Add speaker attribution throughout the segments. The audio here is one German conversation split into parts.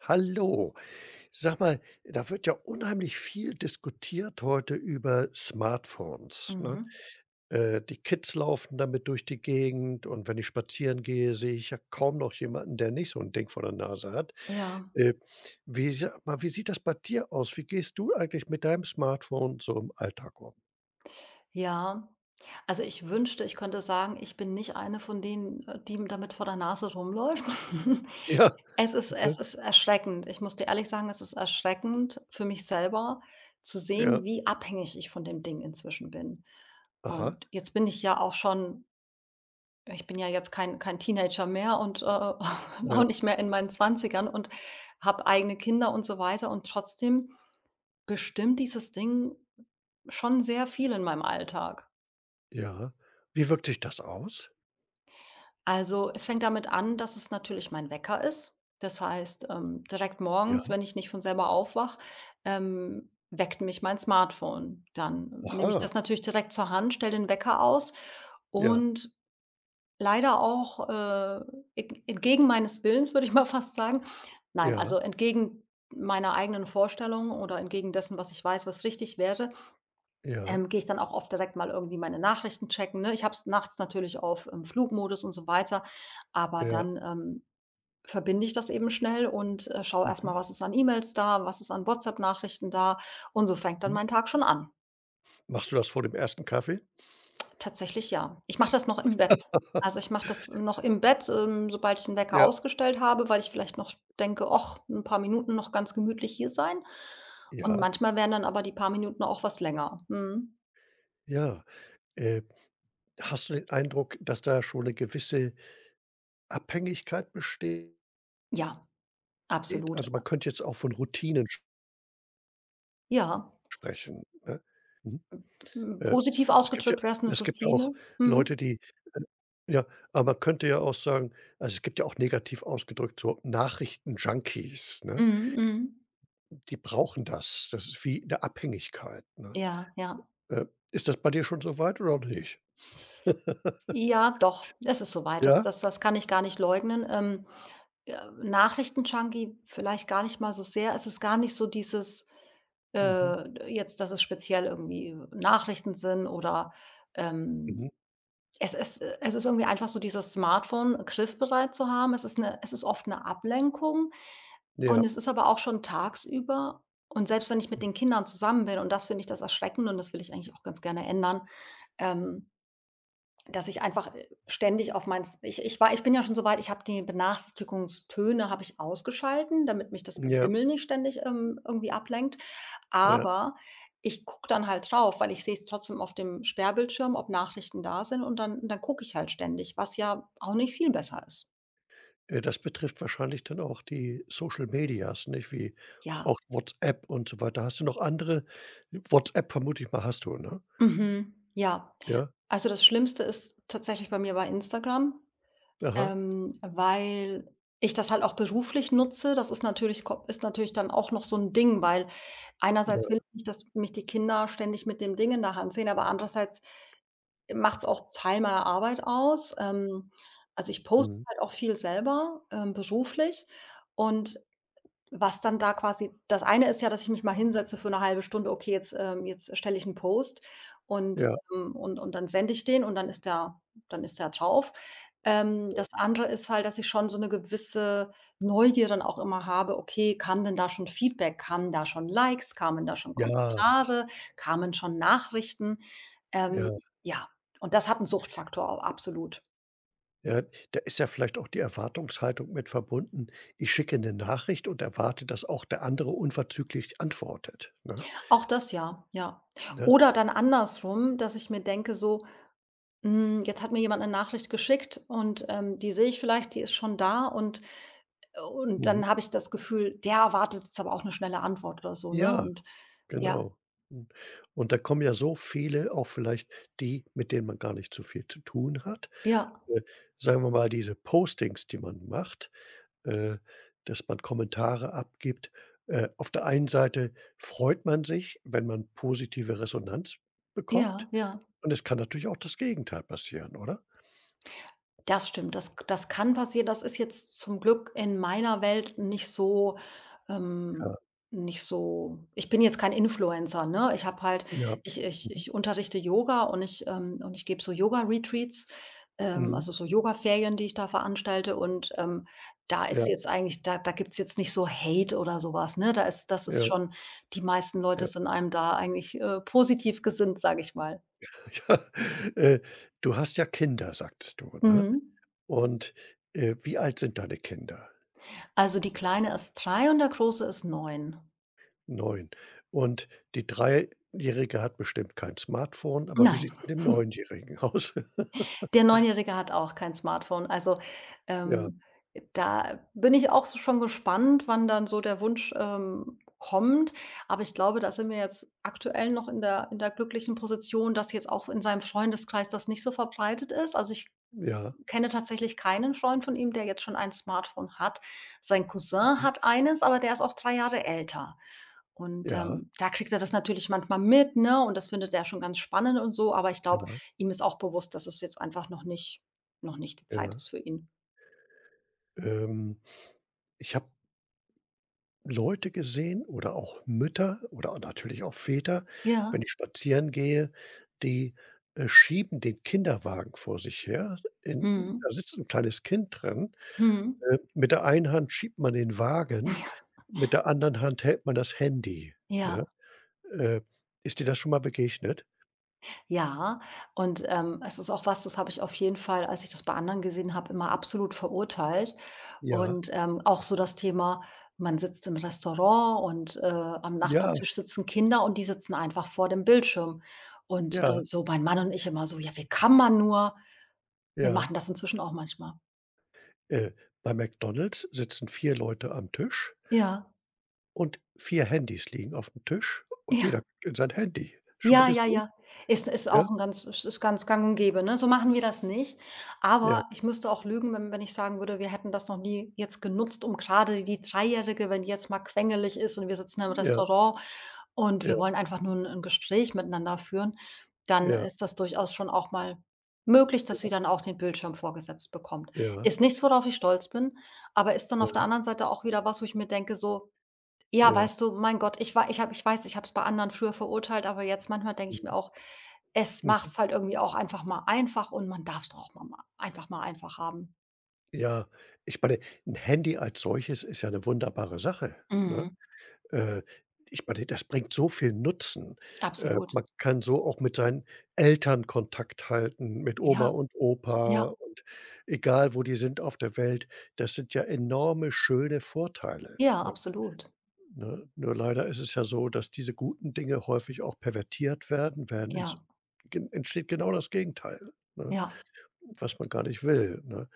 Speaker 1: Hallo. Sag mal, da wird ja unheimlich viel diskutiert heute über Smartphones, ne?
Speaker 2: Mhm.
Speaker 1: Die Kids laufen damit durch die Gegend und wenn ich spazieren gehe, sehe ich ja kaum noch jemanden, der nicht so ein Ding vor der Nase hat.
Speaker 2: Ja,
Speaker 1: Äh, wie Sag mal, wie sieht das bei dir aus? Wie gehst du eigentlich mit deinem Smartphone so im Alltag um?
Speaker 2: ja. Also, ich wünschte, ich könnte sagen, ich bin nicht eine von denen, die damit vor der Nase rumläuft.
Speaker 1: Ja,
Speaker 2: Es ist
Speaker 1: ne?
Speaker 2: es ist erschreckend. Ich muss dir ehrlich sagen, es ist erschreckend für mich selber zu sehen,
Speaker 1: Ja.
Speaker 2: wie abhängig ich von dem Ding inzwischen bin.
Speaker 1: Aha.
Speaker 2: Und jetzt bin ich ja auch schon ich bin ja jetzt kein Teenager mehr und, auch
Speaker 1: Ja,
Speaker 2: nicht mehr in meinen Zwanzigern und habe eigene Kinder und so weiter und trotzdem bestimmt dieses Ding schon sehr viel in meinem Alltag.
Speaker 1: ja. Wie wirkt sich das aus?
Speaker 2: Also, es fängt damit an, dass es natürlich mein Wecker ist. Das heißt, direkt
Speaker 1: Ja.
Speaker 2: morgens, wenn ich nicht von selber aufwache, weckt mich mein Smartphone. Dann nehme ich
Speaker 1: Aha.
Speaker 2: das natürlich direkt zur Hand, stelle den Wecker aus
Speaker 1: Ja,
Speaker 2: und leider auch, eg entgegen meines Willens, würde ich mal fast sagen. Nein,
Speaker 1: ja,
Speaker 2: also entgegen meiner eigenen Vorstellung oder entgegen dessen, was ich weiß, was richtig wäre,
Speaker 1: ja,
Speaker 2: gehe ich dann auch oft direkt mal irgendwie meine Nachrichten checken, ne? Ich habe es nachts natürlich auf, Flugmodus und so weiter, aber
Speaker 1: ja.
Speaker 2: dann verbinde ich das eben schnell und, schaue erst
Speaker 1: Mhm.
Speaker 2: mal, was ist an E-Mails da, was ist an WhatsApp-Nachrichten da und so fängt dann
Speaker 1: Mhm.
Speaker 2: mein Tag schon an.
Speaker 1: Machst du das vor dem ersten Kaffee?
Speaker 2: Tatsächlich ja. Ich mache das noch im Bett. Also, ich mache das noch im Bett, sobald ich den Wecker
Speaker 1: Ja.
Speaker 2: ausgestellt habe, weil ich vielleicht noch denke: „Och, ein paar Minuten noch ganz gemütlich hier sein.“ Und
Speaker 1: Ja,
Speaker 2: manchmal werden dann aber die paar Minuten auch was länger. Mhm.
Speaker 1: ja. Äh, Hast du den Eindruck, dass da schon eine gewisse Abhängigkeit besteht?
Speaker 2: Ja, absolut.
Speaker 1: Also, man könnte jetzt auch von Routinen sch
Speaker 2: Ja.
Speaker 1: sprechen, ne? Mhm. Äh,
Speaker 2: Positiv
Speaker 1: es gibt ja
Speaker 2: ausgedrückt wär's 'ne
Speaker 1: es gibt ja auch
Speaker 2: Routine. Mhm.
Speaker 1: Leute, die äh, ja, aber man könnte ja auch sagen also, es gibt ja auch negativ ausgedrückt so Nachrichten-Junkies, ne?
Speaker 2: Mhm, mhm.
Speaker 1: Die brauchen das. Das ist wie eine Abhängigkeit, ne?
Speaker 2: Ja, ja.
Speaker 1: Äh, Ist das bei dir schon so weit oder nicht?
Speaker 2: Ja, doch, es ist so weit. Das
Speaker 1: Ja?
Speaker 2: das das kann ich gar nicht leugnen. Äh, Nachrichten-Junkie vielleicht gar nicht mal so sehr. Es ist gar nicht so dieses,
Speaker 1: Mhm,
Speaker 2: jetzt, dass es speziell irgendwie Nachrichten sind oder,
Speaker 1: mhm.
Speaker 2: ähm, es ist irgendwie einfach so dieses Smartphone griffbereit zu haben. Es ist 'ne es ist oft 'ne Ablenkung. Und
Speaker 1: Ja.
Speaker 2: es ist aber auch schon tagsüber und selbst wenn ich mit den Kindern zusammen bin und das finde ich das erschreckend und das will ich eigentlich auch ganz gerne ändern, ähm, dass ich einfach, ständig auf mein ich ich war ich bin ja schon so weit, ich habe die Benachrichtigungstöne habe ich ausgeschalten, damit mich das
Speaker 1: Ja,
Speaker 2: Gebimmel nicht ständig, irgendwie ablenkt.
Speaker 1: ja.
Speaker 2: Aber ich gucke dann halt drauf, weil ich sehe es trotzdem auf dem Sperrbildschirm, ob Nachrichten da sind und dann gucke ich halt ständig, was ja auch nicht viel besser ist.
Speaker 1: Das betrifft wahrscheinlich dann auch die Social Medias, nicht? Wie
Speaker 2: Ja.
Speaker 1: auch WhatsApp und so weiter. Hast du noch andere WhatsApp vermute ich mal, hast du, ne?
Speaker 2: Mhm, ja.
Speaker 1: Ja?
Speaker 2: Also, das Schlimmste ist tatsächlich bei mir bei Instagram,
Speaker 1: Aha.
Speaker 2: weil ich das halt auch beruflich nutze. Das ist natürlich ko ist natürlich dann auch noch so ein Ding, weil
Speaker 1: Ja,
Speaker 2: einerseits will ich nicht, dass mich die Kinder ständig mit dem Ding in der Hand sehen, aber andererseits macht es auch Teil meiner Arbeit aus. Also, ich poste
Speaker 1: mhm.
Speaker 2: halt auch viel selber, beruflich und was dann da quasi das eine ist ja, dass ich mich mal hinsetze für eine halbe Stunde, okay, jetzt, jetzt stelle ich einen Post und,
Speaker 1: Ja.
Speaker 2: und dann sende ich den und dann ist der drauf. Das andere ist halt, dass ich schon so eine gewisse Neugier dann auch immer habe, okay, kam denn da schon Feedback? Kamen da schon Likes? Kamen da schon
Speaker 1: Ja,
Speaker 2: Kommentare? Kamen schon Nachrichten? Ähm,
Speaker 1: ja,
Speaker 2: ja, und das hat einen Suchtfaktor, absolut.
Speaker 1: ja. Da ist ja vielleicht auch die Erwartungshaltung mit verbunden: „Ich schicke eine Nachricht und erwarte, dass auch der andere unverzüglich antwortet“, ne?
Speaker 2: Auch das, ja, ja.
Speaker 1: Ne?
Speaker 2: Oder dann andersrum, dass ich mir denke so: jetzt hat mir jemand eine Nachricht geschickt und, die sehe ich vielleicht, die ist schon da und
Speaker 1: Mhm.
Speaker 2: dann habe ich das Gefühl, der erwartet jetzt aber auch 'ne schnelle Antwort oder so, ne?
Speaker 1: Ja,
Speaker 2: Und ja,
Speaker 1: genau. Hm, und da kommen ja so viele auch vielleicht die, mit denen man gar nicht so viel zu tun hat,
Speaker 2: ja,
Speaker 1: äh, sagen wir mal, diese Postings, die man macht, äh, dass man Kommentare abgibt. Auf der einen Seite freut man sich, wenn man positive Resonanz
Speaker 2: ja,
Speaker 1: bekommt
Speaker 2: ja.
Speaker 1: und es kann natürlich auch das Gegenteil passieren, oder?
Speaker 2: Das stimmt, das kann passieren. Das ist jetzt zum Glück in meiner Welt nicht so
Speaker 1: Ja,
Speaker 2: ähm, nicht so. Ich bin jetzt kein Influencer, ne? Ich habe halt
Speaker 1: ja.
Speaker 2: ich ich
Speaker 1: Mhm.
Speaker 2: ich unterrichte Yoga und ich gebe so Yoga-Retreats,
Speaker 1: Mhm.
Speaker 2: also so Yogaferien, die ich da veranstalte und da ist
Speaker 1: Ja,
Speaker 2: jetzt eigentlich da gibt es jetzt nicht so Hate oder sowas, ne? Da ist das ist
Speaker 1: ja,
Speaker 2: schon die meisten Leute
Speaker 1: ja.
Speaker 2: sind einem da eigentlich, positiv gesinnt, sage ich mal.
Speaker 1: Ja, äh, du hast ja Kinder, sagtest du, ne?
Speaker 2: Mhm.
Speaker 1: Und, wie alt sind deine Kinder?
Speaker 2: Also, die Kleine ist 3 und der Große ist 9.
Speaker 1: Neun. Und die Dreijährige hat bestimmt kein Smartphone, aber wie
Speaker 2: Nein,
Speaker 1: sieht's mit dem Neunjährigen aus?
Speaker 2: der Neunjährige hat auch kein Smartphone. Also,
Speaker 1: Ja,
Speaker 2: ähm, da bin ich auch so schon gespannt, wann dann so der Wunsch, kommt. Aber ich glaube, da sind wir jetzt aktuell noch in der glücklichen Position, dass jetzt auch in seinem Freundeskreis das nicht so verbreitet ist. Also, ich
Speaker 1: ja,
Speaker 2: kenne tatsächlich keinen Freund von ihm, der jetzt schon ein Smartphone hat. Sein Cousin
Speaker 1: mhm,
Speaker 2: hat eines, aber der ist auch 3 Jahre älter. Und,
Speaker 1: ja,
Speaker 2: da kriegt er das natürlich manchmal mit, ne, und das findet er schon ganz spannend und so, aber ich glaube,
Speaker 1: ja,
Speaker 2: ihm ist auch bewusst, dass es jetzt einfach noch nicht die Zeit
Speaker 1: ja.
Speaker 2: ist für ihn.
Speaker 1: Ähm, Ich habe Leute gesehen oder auch Mütter oder natürlich auch Väter, wenn
Speaker 2: Ja.
Speaker 1: ich spazieren gehe, die, schieben den Kinderwagen vor sich her. In
Speaker 2: Mhm.
Speaker 1: Da sitzt ein kleines Kind drin.
Speaker 2: Mhm.
Speaker 1: Mit der einen Hand schiebt man den Wagen, mit der anderen Hand hält man das Handy, ja?
Speaker 2: Ja,
Speaker 1: Äh, Ist dir das schon mal begegnet?
Speaker 2: ja. Und, es ist auch was, das habe ich auf jeden Fall, als ich das bei anderen gesehen habe, immer absolut verurteilt.
Speaker 1: Ja,
Speaker 2: Und, auch so das Thema, man sitzt im Restaurant und, am
Speaker 1: ja,
Speaker 2: Nachbartisch sitzen Kinder und die sitzen einfach vor dem Bildschirm. Und,
Speaker 1: ja,
Speaker 2: so mein Mann und ich immer so: „Ja, wie kann man nur?“ Wir machen
Speaker 1: ja.
Speaker 2: das inzwischen auch manchmal.
Speaker 1: Äh, Bei McDonald's sitzen 4 Leute am Tisch
Speaker 2: Ja,
Speaker 1: und 4 Handys liegen auf dem Tisch und jeder
Speaker 2: ja,
Speaker 1: guckt in sein Handy. Schon mal
Speaker 2: ja, ja,
Speaker 1: gesehen?
Speaker 2: ja. Ist
Speaker 1: Ja,
Speaker 2: auch ein ganz ist ist ganz gang und gäbe, ne? So machen wir das nicht,
Speaker 1: ja,
Speaker 2: aber ich müsste auch lügen, wenn ich sagen würde, wir hätten das noch nie jetzt genutzt, um gerade die Dreijährige, wenn die jetzt mal quengelig ist und wir sitzen im
Speaker 1: ja,
Speaker 2: Restaurant und wir
Speaker 1: ja,
Speaker 2: wollen einfach nur ein 'n Gespräch miteinander führen, dann
Speaker 1: ja,
Speaker 2: ist das durchaus schon auch mal möglich, dass
Speaker 1: ja,
Speaker 2: sie dann auch den Bildschirm vorgesetzt bekommt.
Speaker 1: ja,
Speaker 2: Ist nichts, worauf ich stolz bin, aber ist dann auf der
Speaker 1: ja,
Speaker 2: anderen Seite auch wieder was, wo ich mir denke so: Ja,
Speaker 1: ja.
Speaker 2: weißt du, mein Gott, ich weiß, ich habe es bei anderen früher verurteilt, aber jetzt manchmal denke ich mir
Speaker 1: Mhm,
Speaker 2: auch, es
Speaker 1: mhm.
Speaker 2: macht's halt irgendwie auch einfach mal einfach und man darf es doch auch mal ma einfach mal einfach haben.
Speaker 1: Ja, ich meine, ein Handy als solches ist ja eine wunderbare Sache, ne?
Speaker 2: Mhm,
Speaker 1: Äh, Ich meine, das bringt so viel Nutzen.
Speaker 2: absolut.
Speaker 1: Man kann so auch mit seinen Eltern Kontakt halten, mit Oma
Speaker 2: Ja,
Speaker 1: und
Speaker 2: ja,
Speaker 1: Opa und egal, wo die sind auf der Welt. Das sind ja enorme schöne Vorteile,
Speaker 2: ja,
Speaker 1: ne?
Speaker 2: absolut.
Speaker 1: Ne? Nur leider ist es ja so, dass diese guten Dinge häufig auch pervertiert werden, werden ins
Speaker 2: Ja,
Speaker 1: gen entsteht genau das Gegenteil, ne,
Speaker 2: ja,
Speaker 1: was man gar nicht will, ne?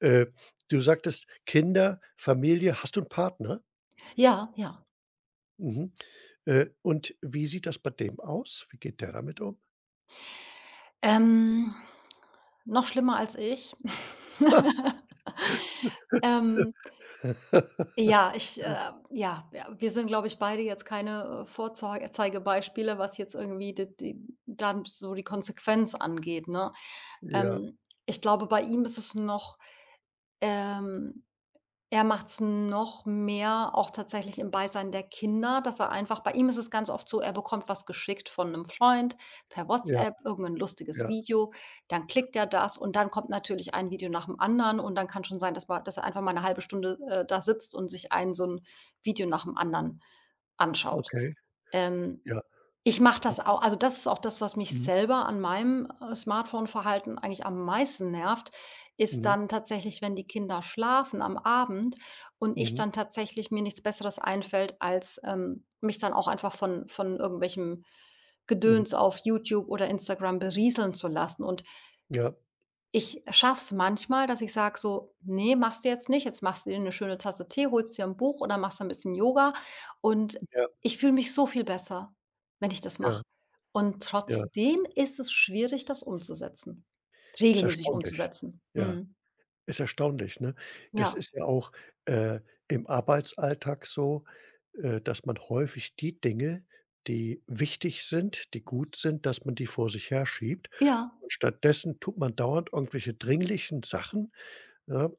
Speaker 1: Äh, Du sagtest Kinder, Familie, hast du einen Partner?
Speaker 2: ja, ja.
Speaker 1: Mhm. Und wie sieht das bei dem aus? Wie geht der damit um?
Speaker 2: Ähm, Noch schlimmer als ich. Ähm Ja, ja, ja, wir sind, glaube ich, beide jetzt keine, Vorzei was jetzt irgendwie die die dann so die Konsequenz angeht, ne?
Speaker 1: Ja,
Speaker 2: Ähm, Ich glaube, bei ihm ist es noch, ähm Er macht's noch mehr auch tatsächlich im Beisein der Kinder, dass er einfach bei ihm ist es ganz oft so, er bekommt was geschickt von 'nem Freund per
Speaker 1: ja,
Speaker 2: WhatsApp, irgend 'n lustiges
Speaker 1: ja,
Speaker 2: Video, dann klickt er das und dann kommt natürlich ein Video nach dem anderen und dann kann schon sein, dass ma dass er einfach mal 'ne halbe Stunde, da sitzt und sich ein so 'n Video nach dem anderen anschaut.
Speaker 1: okay,
Speaker 2: Ähm,
Speaker 1: ja.
Speaker 2: Ich mache
Speaker 1: Und
Speaker 2: das auch. Also, das ist auch das, was mich
Speaker 1: mhm,
Speaker 2: selber an meinem, Smartphone-Verhalten eigentlich am meisten nervt, ist
Speaker 1: mhm,
Speaker 2: dann tatsächlich, wenn die Kinder schlafen am Abend und ich
Speaker 1: mhm,
Speaker 2: dann tatsächlich mir nichts Besseres einfällt, als mich dann auch einfach von irgendwelchem
Speaker 1: mhm.
Speaker 2: Gedöns auf YouTube oder Instagram berieseln zu lassen. Und
Speaker 1: Ja,
Speaker 2: ich schaff's manchmal, dass ich sage so: „Nee, machst du jetzt nicht. Jetzt machst du dir eine schöne Tasse Tee, holst dir ein Buch oder machst ein bisschen Yoga.“ Und
Speaker 1: ja,
Speaker 2: ich fühle mich so viel besser, wenn ich das
Speaker 1: ja,
Speaker 2: mache. Und
Speaker 1: ja.
Speaker 2: trotzdem ist es schwierig, das umzusetzen
Speaker 1: Ist
Speaker 2: regelmäßig
Speaker 1: erstaunlich.
Speaker 2: umzusetzen.
Speaker 1: Ja,
Speaker 2: Mhm.
Speaker 1: ist erstaunlich, ne? Das
Speaker 2: Ja,
Speaker 1: ist ja auch, äh, im Arbeitsalltag so, dass man häufig die Dinge, die wichtig sind, die gut sind, dass man die vor sich herschiebt.
Speaker 2: ja,
Speaker 1: Und stattdessen tut man dauernd irgendwelche dringlichen Sachen. Ja,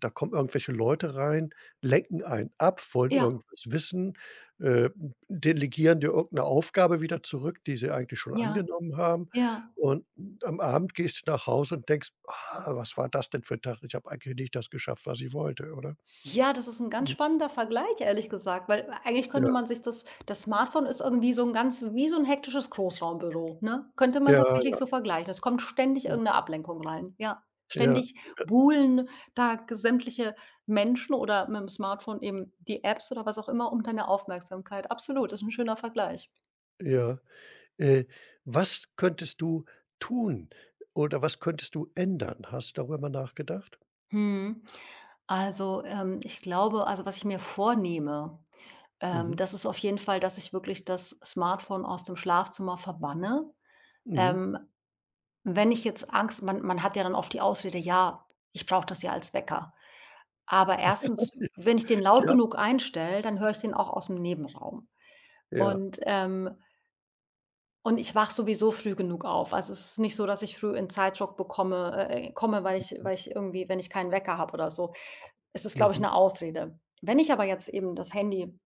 Speaker 1: da kommen irgendwelche Leute rein, lenken einen ab, wollen
Speaker 2: ja,
Speaker 1: irgendwas wissen, äh, delegieren dir irgendeine Aufgabe wieder zurück, die sie eigentlich schon
Speaker 2: ja,
Speaker 1: angenommen haben.
Speaker 2: ja.
Speaker 1: Und am Abend gehst du nach Hause und denkst: „Ah, was war das denn für 'n Tag? Ich habe eigentlich nicht das geschafft, was ich wollte“, oder?
Speaker 2: Ja, das ist 'n ganz
Speaker 1: Hm,
Speaker 2: spannender Vergleich, ehrlich gesagt, weil eigentlich
Speaker 1: ja,
Speaker 2: könnte man sich das Smartphone ist irgendwie so 'n ganz wie so 'n hektisches Großraumbüro, ne? Könnte man
Speaker 1: ja,
Speaker 2: tatsächlich
Speaker 1: ja,
Speaker 2: so vergleichen. Es kommt ständig irgend 'ne
Speaker 1: genau.
Speaker 2: Ablenkung rein, ja.
Speaker 1: Ja,
Speaker 2: Ständig
Speaker 1: ja,
Speaker 2: buhlen da g sämtliche Menschen oder mit'm Smartphone eben die Apps oder was auch immer um deine Aufmerksamkeit. Absolut, ist 'n schöner Vergleich.
Speaker 1: ja. Äh, Was könntest du tun oder was könntest du ändern? Hast du darüber mal nachgedacht?
Speaker 2: Mhm. Also, ich glaube also, was ich mir vornehme,
Speaker 1: Mhm,
Speaker 2: das ist auf jeden Fall, dass ich wirklich das Smartphone aus dem Schlafzimmer verbanne.
Speaker 1: mhm.
Speaker 2: Ähm, Wenn ich jetzt Angst man hat ja dann oft die Ausrede: „Ja, ich brauche das ja als Wecker.“ Aber erstens, wenn ich den laut
Speaker 1: Ja,
Speaker 2: genug einstelle, dann höre ich den auch aus dem Nebenraum.
Speaker 1: ja.
Speaker 2: Und, ähm und ich wach sowieso früh genug auf. Also, es ist nicht so, dass ich früh in Zeitdruck bekomme komme, weil ich irgendwie wenn ich keinen Wecker habe oder so. Es ist, glaube ich,
Speaker 1: Mhm.
Speaker 2: eine Ausrede. Wenn ich aber jetzt eben das Handy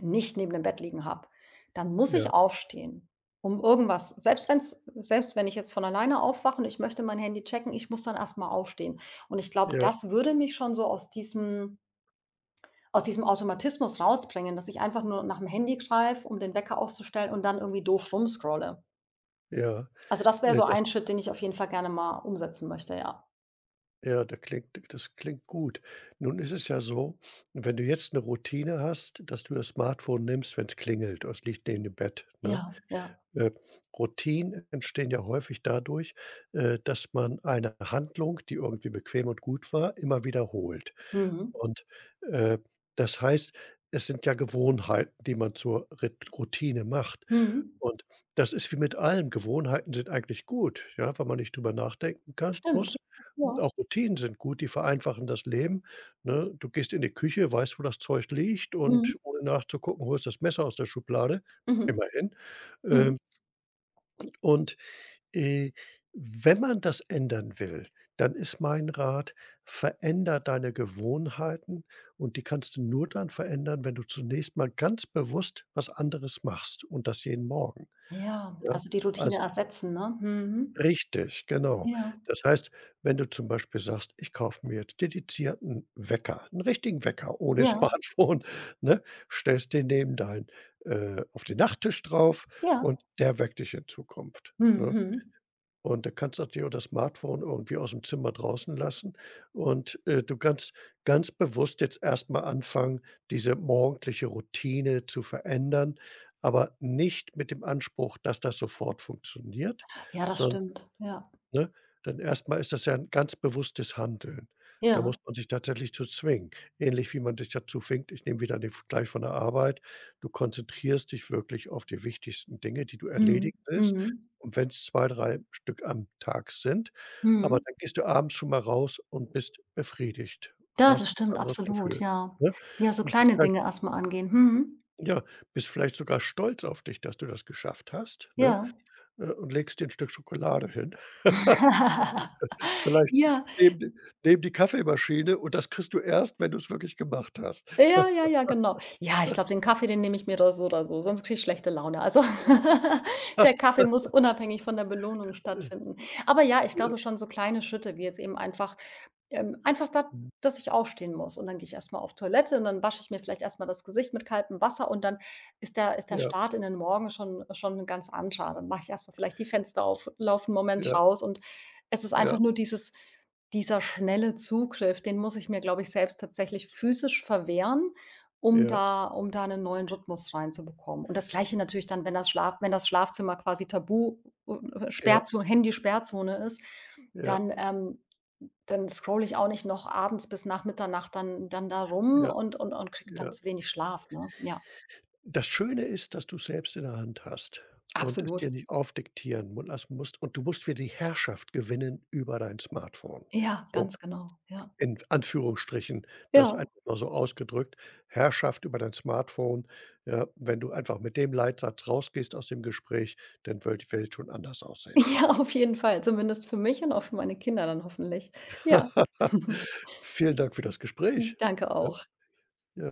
Speaker 2: nicht neben dem Bett liegen habe, dann muss
Speaker 1: Ja,
Speaker 2: ich aufstehen, um irgendwas selbst wenn ich jetzt von alleine aufwache und ich möchte mein Handy checken, ich muss dann erst mal aufstehen. Und ich glaube,
Speaker 1: ja,
Speaker 2: das würde mich schon so aus diesem Automatismus rausbringen, dass ich einfach nur nach dem Handy greife, um den Wecker auszustellen und dann irgendwie doof rumscrolle.
Speaker 1: ja,
Speaker 2: Also, das wäre so
Speaker 1: das
Speaker 2: ein Schritt, den ich auf jeden Fall gerne mal umsetzen möchte, ja.
Speaker 1: ja, da klingt das klingt gut. Nun ist es ja so, wenn du jetzt eine Routine hast, dass du das Smartphone nimmst, wenn es klingelt oder es liegt neben dem Bett, ne?
Speaker 2: Ja, ja.
Speaker 1: Äh, Routinen entstehen ja häufig dadurch, dass man eine Handlung, die irgendwie bequem und gut war, immer wiederholt.
Speaker 2: Mhm.
Speaker 1: Und, äh, das heißt, es sind ja Gewohnheiten, die man zur Rit Routine macht.
Speaker 2: Mhm.
Speaker 1: Und das ist wie mit allem. Gewohnheiten sind eigentlich gut, ja, wenn man nicht drüber nachdenken kann
Speaker 2: Stimmt.
Speaker 1: muss. Hm,
Speaker 2: Ja.
Speaker 1: auch Routinen sind gut, die vereinfachen das Leben, ne? Du gehst in die Küche, weißt, wo das Zeug liegt
Speaker 2: Mhm.
Speaker 1: und ohne nachzugucken, holst das Messer aus der Schublade,
Speaker 2: Mhm.
Speaker 1: immerhin.
Speaker 2: Mhm.
Speaker 1: Ähm, und, äh, wenn man das ändern will, dann ist mein Rat: Veränder deine Gewohnheiten, und die kannst du nur dann verändern, wenn du zunächst mal ganz bewusst was anderes machst und das jeden Morgen,
Speaker 2: Ja,
Speaker 1: ja?
Speaker 2: also die Routine
Speaker 1: Also
Speaker 2: ersetzen, ne? Mhm.
Speaker 1: Richtig, genau.
Speaker 2: Ja,
Speaker 1: Das heißt, wenn du zum Beispiel sagst: „Ich kaufe mir jetzt dedizierten Wecker, 'n richtigen Wecker ohne
Speaker 2: ja,
Speaker 1: Smartphone“, ne? Stellst den neben dein auf den Nachttisch drauf
Speaker 2: ja.
Speaker 1: und der weckt dich in Zukunft,
Speaker 2: Mhm,
Speaker 1: ne?
Speaker 2: mhm.
Speaker 1: Und da kannst du auch dir auch das Smartphone irgendwie aus'm Zimmer draußen lassen und, du kannst ganz bewusst jetzt erst mal anfangen, diese morgendliche Routine zu verändern, aber nicht mit dem Anspruch, dass das sofort funktioniert,
Speaker 2: Ja, das
Speaker 1: son
Speaker 2: stimmt. Ja,
Speaker 1: ne? Dann erst ist das ja ein ganz bewusstes Handeln. Da muss
Speaker 2: ja.
Speaker 1: man sich tatsächlich zu zwingen. Ähnlich wie man dich dazu zwingt, ich nehme wieder den Vergleich von der Arbeit. Du konzentrierst dich wirklich auf die wichtigsten Dinge, die du
Speaker 2: Mhm,
Speaker 1: erledigen willst.
Speaker 2: mhm,
Speaker 1: Und wenn es 2 3 Stück am Tag sind, aber
Speaker 2: mhm.
Speaker 1: dann gehst du abends schon mal raus und bist befriedigt und
Speaker 2: Ja, das
Speaker 1: hast ein ganz
Speaker 2: stimmt,
Speaker 1: anderes
Speaker 2: absolut,
Speaker 1: Gefühl,
Speaker 2: ja.
Speaker 1: ne?
Speaker 2: Ja, so
Speaker 1: Und bist
Speaker 2: kleine
Speaker 1: vielleicht
Speaker 2: Dinge erst mal angehen. Mhm.
Speaker 1: ja, bist vielleicht sogar stolz auf dich, dass du das geschafft hast, ne,
Speaker 2: Ja.
Speaker 1: und legst dir 'n Stück Schokolade hin. Vielleicht
Speaker 2: Ja.
Speaker 1: neben neben die Kaffeemaschine und das kriegst du erst, wenn du es wirklich gemacht hast.
Speaker 2: Ja, ja, ja, genau. Ja, ich glaube, den Kaffee, den nehme ich mir doch so oder so, sonst kriege ich schlechte Laune. Also, der Kaffee muss unabhängig von der Belohnung stattfinden. Aber ja, ich
Speaker 1: Ja,
Speaker 2: glaube schon so kleine Schritte, wie jetzt eben einfach einfach da
Speaker 1: mhm.
Speaker 2: dass ich aufstehen muss und dann gehe ich erst mal auf Toilette und dann wasche ich mir vielleicht erst mal das Gesicht mit kaltem Wasser und dann ist der
Speaker 1: Ja,
Speaker 2: Start in den Morgen schon 'n ganz anderer. Dann mache ich erst mal vielleicht die Fenster auf, laufe 'n Moment
Speaker 1: ja,
Speaker 2: raus und es ist einfach
Speaker 1: ja,
Speaker 2: nur dieses dieser schnelle Zugriff, den muss ich mir, glaube ich, selbst tatsächlich physisch verwehren, um
Speaker 1: ja,
Speaker 2: da 'nen neuen Rhythmus reinzubekommen. Und das Gleiche natürlich dann, wenn das Schlaf wenn das Schlafzimmer quasi tabu
Speaker 1: ja,
Speaker 2: Sperrzo Handy-Sperrzone ist,
Speaker 1: ja,
Speaker 2: dann, dann scrolle ich auch nicht noch abends bis nach Mitternacht dann da rum
Speaker 1: ja,
Speaker 2: und und kriege dann
Speaker 1: ja.
Speaker 2: zu wenig Schlaf, ne? Ja,
Speaker 1: Das Schöne ist, dass du's selbst in der Hand hast und es dir
Speaker 2: absolut.
Speaker 1: nicht aufdiktieren mu lassen musst und du musst wieder die Herrschaft gewinnen über dein Smartphone.
Speaker 2: Ja,
Speaker 1: So
Speaker 2: ganz genau, ja.
Speaker 1: in Anführungsstrichen, das einfach
Speaker 2: Ja,
Speaker 1: mal so ausgedrückt, Herrschaft über dein Smartphone. Ja, wenn du einfach mit dem Leitsatz rausgehst aus dem Gespräch, dann wird die Welt schon anders aussehen.
Speaker 2: ja, auf jeden Fall, zumindest für mich und auch für meine Kinder dann hoffentlich. Ja.
Speaker 1: Vielen Dank für das Gespräch.
Speaker 2: Danke auch.
Speaker 1: Ja?